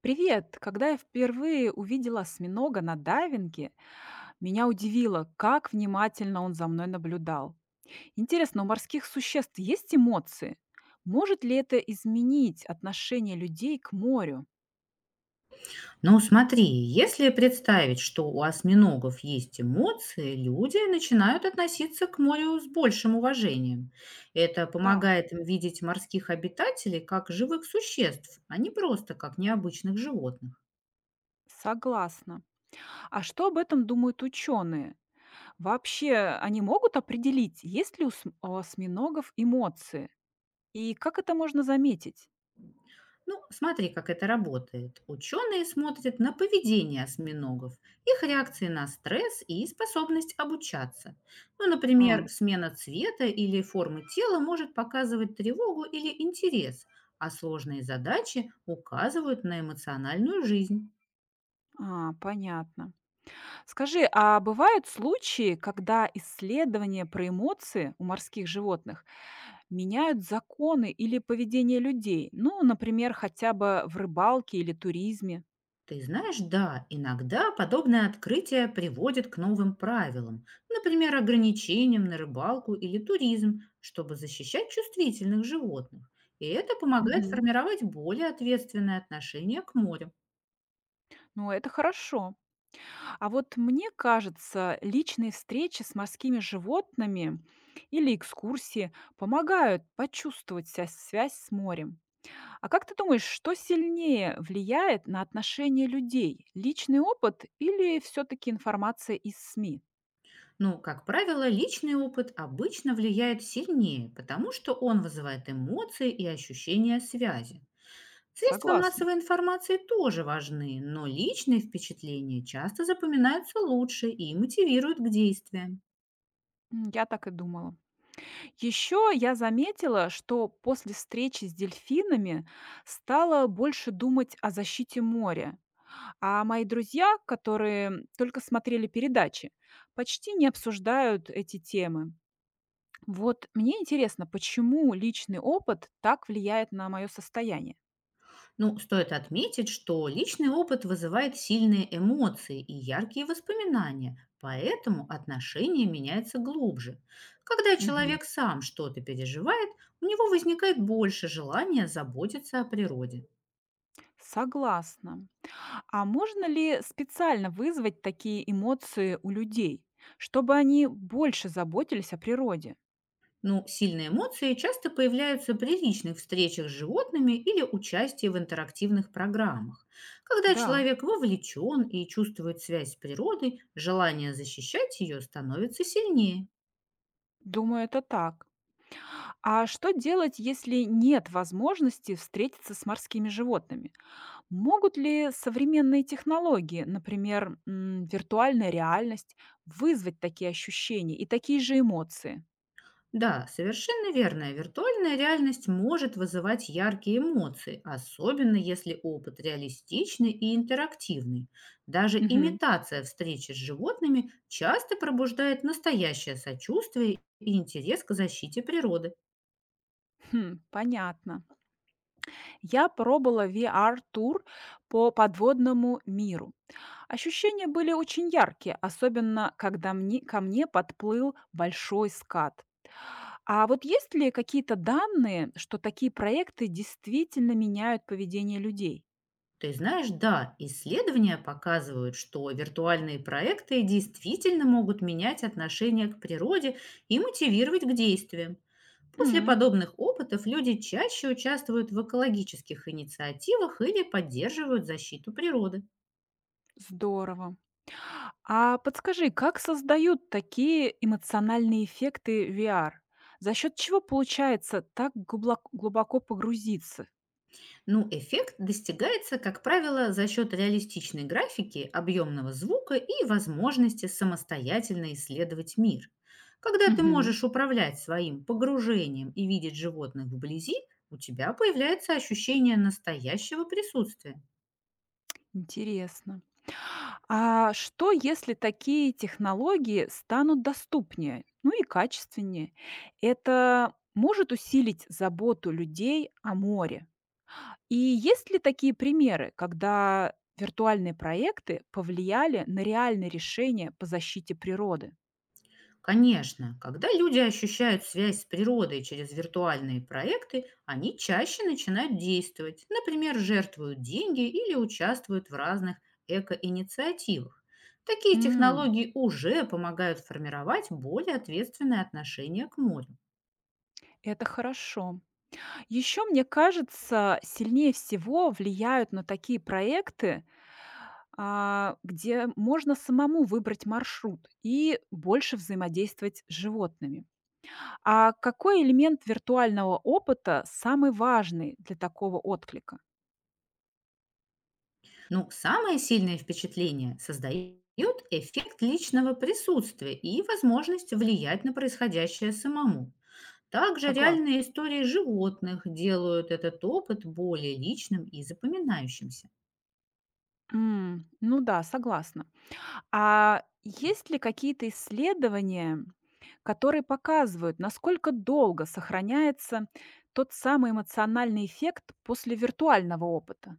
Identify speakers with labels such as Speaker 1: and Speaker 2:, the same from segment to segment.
Speaker 1: Привет! Когда я впервые увидела осьминога на дайвинге, меня удивило, как внимательно он за мной наблюдал. Интересно, у морских существ есть эмоции? Может ли это изменить отношение людей к морю?
Speaker 2: Ну, смотри, если представить, что у осьминогов есть эмоции, люди начинают относиться к морю с большим уважением. Это
Speaker 1: Да,
Speaker 2: помогает им видеть морских обитателей как живых существ, а не просто как необычных животных.
Speaker 1: согласна. А что об этом думают ученые? Вообще, они могут определить, есть ли у осьминогов эмоции? И как это можно заметить?
Speaker 2: Ну, смотри, как это работает. Ученые смотрят на поведение осьминогов, их реакции на стресс и способность обучаться. Ну,
Speaker 1: А,
Speaker 2: например, смена цвета или формы тела может показывать тревогу или интерес, а сложные задачи указывают на эмоциональную жизнь.
Speaker 1: Понятно. Скажи, а бывают случаи, когда исследования про эмоции у морских животных меняют законы или поведение людей? Ну, например, хотя бы в рыбалке или туризме.
Speaker 2: Ты знаешь, да, иногда подобное открытие приводит к новым правилам, например, ограничениям на рыбалку или туризм, чтобы защищать чувствительных животных. И это помогает
Speaker 1: Мгм.
Speaker 2: формировать более ответственное отношение к морю.
Speaker 1: Ну, это хорошо. А вот мне кажется, личные встречи с морскими животными или экскурсии помогают почувствовать связь с морем. А как ты думаешь, что сильнее влияет на отношения людей? Личный опыт или все-таки информация из СМИ?
Speaker 2: Но, как правило, личный опыт обычно влияет сильнее, потому что он вызывает эмоции и ощущение связи. Средства
Speaker 1: Согласна.
Speaker 2: массовой информации тоже важны, но личные впечатления часто запоминаются лучше и мотивируют к действиям.
Speaker 1: Я так и думала. Еще я заметила, что после встречи с дельфинами стала больше думать о защите моря. А мои друзья, которые только смотрели передачи, почти не обсуждают эти темы. Вот мне интересно, почему личный опыт так влияет на мое состояние?
Speaker 2: Ну, стоит отметить, что личный опыт вызывает сильные эмоции и яркие воспоминания, поэтому отношения меняются глубже. Когда человек сам что-то переживает, у него возникает больше желания заботиться о природе.
Speaker 1: Согласна. А можно ли специально вызвать такие эмоции у людей, чтобы они больше заботились о природе?
Speaker 2: Ну, сильные эмоции часто появляются при личных встречах с животными или участии в интерактивных программах. Когда
Speaker 1: Да,
Speaker 2: человек вовлечен и чувствует связь с природой, желание защищать ее становится сильнее.
Speaker 1: думаю, это так. А что делать, если нет возможности встретиться с морскими животными? Могут ли современные технологии, например, виртуальная реальность, вызвать такие ощущения и такие же эмоции?
Speaker 2: Да, совершенно верно. Виртуальная реальность может вызывать яркие эмоции, особенно если опыт реалистичный и интерактивный. Даже
Speaker 1: Мгм.
Speaker 2: имитация встречи с животными часто пробуждает настоящее сочувствие и интерес к защите природы.
Speaker 1: Хм, понятно. Я пробовала VR-тур по подводному миру. Ощущения были очень яркие, особенно когда ко мне подплыл большой скат. А вот есть ли какие-то данные, что такие проекты действительно меняют поведение людей?
Speaker 2: Ты знаешь, да, исследования показывают, что виртуальные проекты действительно могут менять отношение к природе и мотивировать к действиям. После
Speaker 1: М,
Speaker 2: подобных опытов люди чаще участвуют в экологических инициативах или поддерживают защиту природы.
Speaker 1: Здорово. А подскажи, как создают такие эмоциональные эффекты VR? За счет чего получается так глубоко погрузиться?
Speaker 2: Ну, эффект достигается, как правило, за счет реалистичной графики, объемного звука и возможности самостоятельно исследовать мир. Когда ты
Speaker 1: Мгм.
Speaker 2: можешь управлять своим погружением и видеть животных вблизи, у тебя появляется ощущение настоящего присутствия.
Speaker 1: Интересно. А что, если такие технологии станут доступнее, ну и качественнее? Это может усилить заботу людей о море. И есть ли такие примеры, когда виртуальные проекты повлияли на реальные решения по защите природы?
Speaker 2: Конечно, когда люди ощущают связь с природой через виртуальные проекты, они чаще начинают действовать, например, жертвуют деньги или участвуют в разных экоинициативах. Такие
Speaker 1: М,
Speaker 2: технологии уже помогают формировать более ответственное отношение к морю.
Speaker 1: это хорошо. Еще, мне кажется, сильнее всего влияют на такие проекты, где можно самому выбрать маршрут и больше взаимодействовать с животными. А какой элемент виртуального опыта самый важный для такого отклика?
Speaker 2: Но самое сильное впечатление создает эффект личного присутствия и возможность влиять на происходящее самому. Также
Speaker 1: Согласна.
Speaker 2: реальные истории животных делают этот опыт более личным и запоминающимся.
Speaker 1: Ну да, согласна. А есть ли какие-то исследования, которые показывают, насколько долго сохраняется тот самый эмоциональный эффект после виртуального опыта?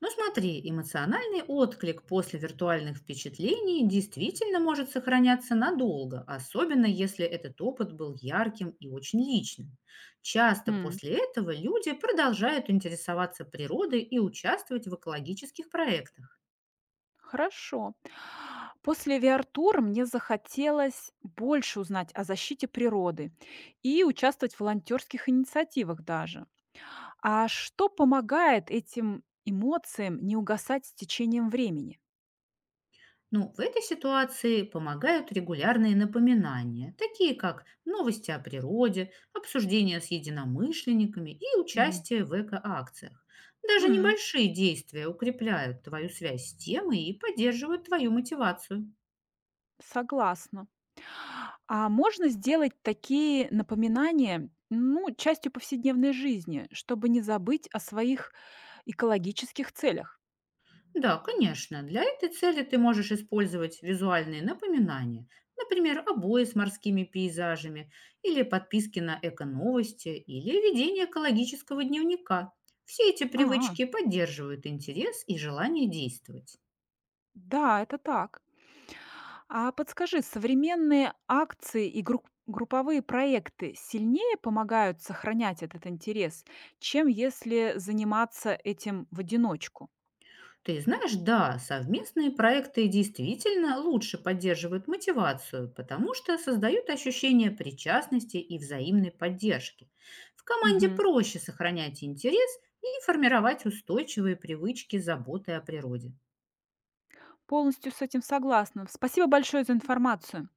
Speaker 2: Но смотри, эмоциональный отклик после виртуальных впечатлений действительно может сохраняться надолго, особенно если этот опыт был ярким и очень личным. Часто
Speaker 1: М,
Speaker 2: после этого люди продолжают интересоваться природой и участвовать в экологических проектах.
Speaker 1: Хорошо. После VR-тура мне захотелось больше узнать о защите природы и участвовать в волонтерских инициативах даже. А что помогает этим эмоциям не угасать с течением времени?
Speaker 2: Ну, в этой ситуации помогают регулярные напоминания, такие как новости о природе, обсуждения с единомышленниками и
Speaker 1: Мгм.
Speaker 2: участие в экоакциях. Даже
Speaker 1: М,
Speaker 2: небольшие действия укрепляют твою связь с темой и поддерживают твою мотивацию.
Speaker 1: Согласна. А можно сделать такие напоминания, ну, частью повседневной жизни, чтобы не забыть о своих экологических целях?
Speaker 2: Да, конечно. Для этой цели ты можешь использовать визуальные напоминания, например, обои с морскими пейзажами или подписки на эко-новости или ведение экологического дневника. Все эти
Speaker 1: Ага,
Speaker 2: привычки поддерживают интерес и желание действовать.
Speaker 1: да, это так. А подскажи, современные акции и групповые проекты сильнее помогают сохранять этот интерес, чем если заниматься этим в одиночку?
Speaker 2: Ты знаешь, да, совместные проекты действительно лучше поддерживают мотивацию, потому что создают ощущение причастности и взаимной поддержки. В команде
Speaker 1: Мгм.
Speaker 2: проще сохранять интерес и формировать устойчивые привычки заботы о природе.
Speaker 1: Полностью с этим согласна. Спасибо большое за информацию.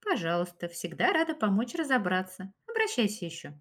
Speaker 2: Пожалуйста, всегда рада помочь разобраться. Обращайся еще.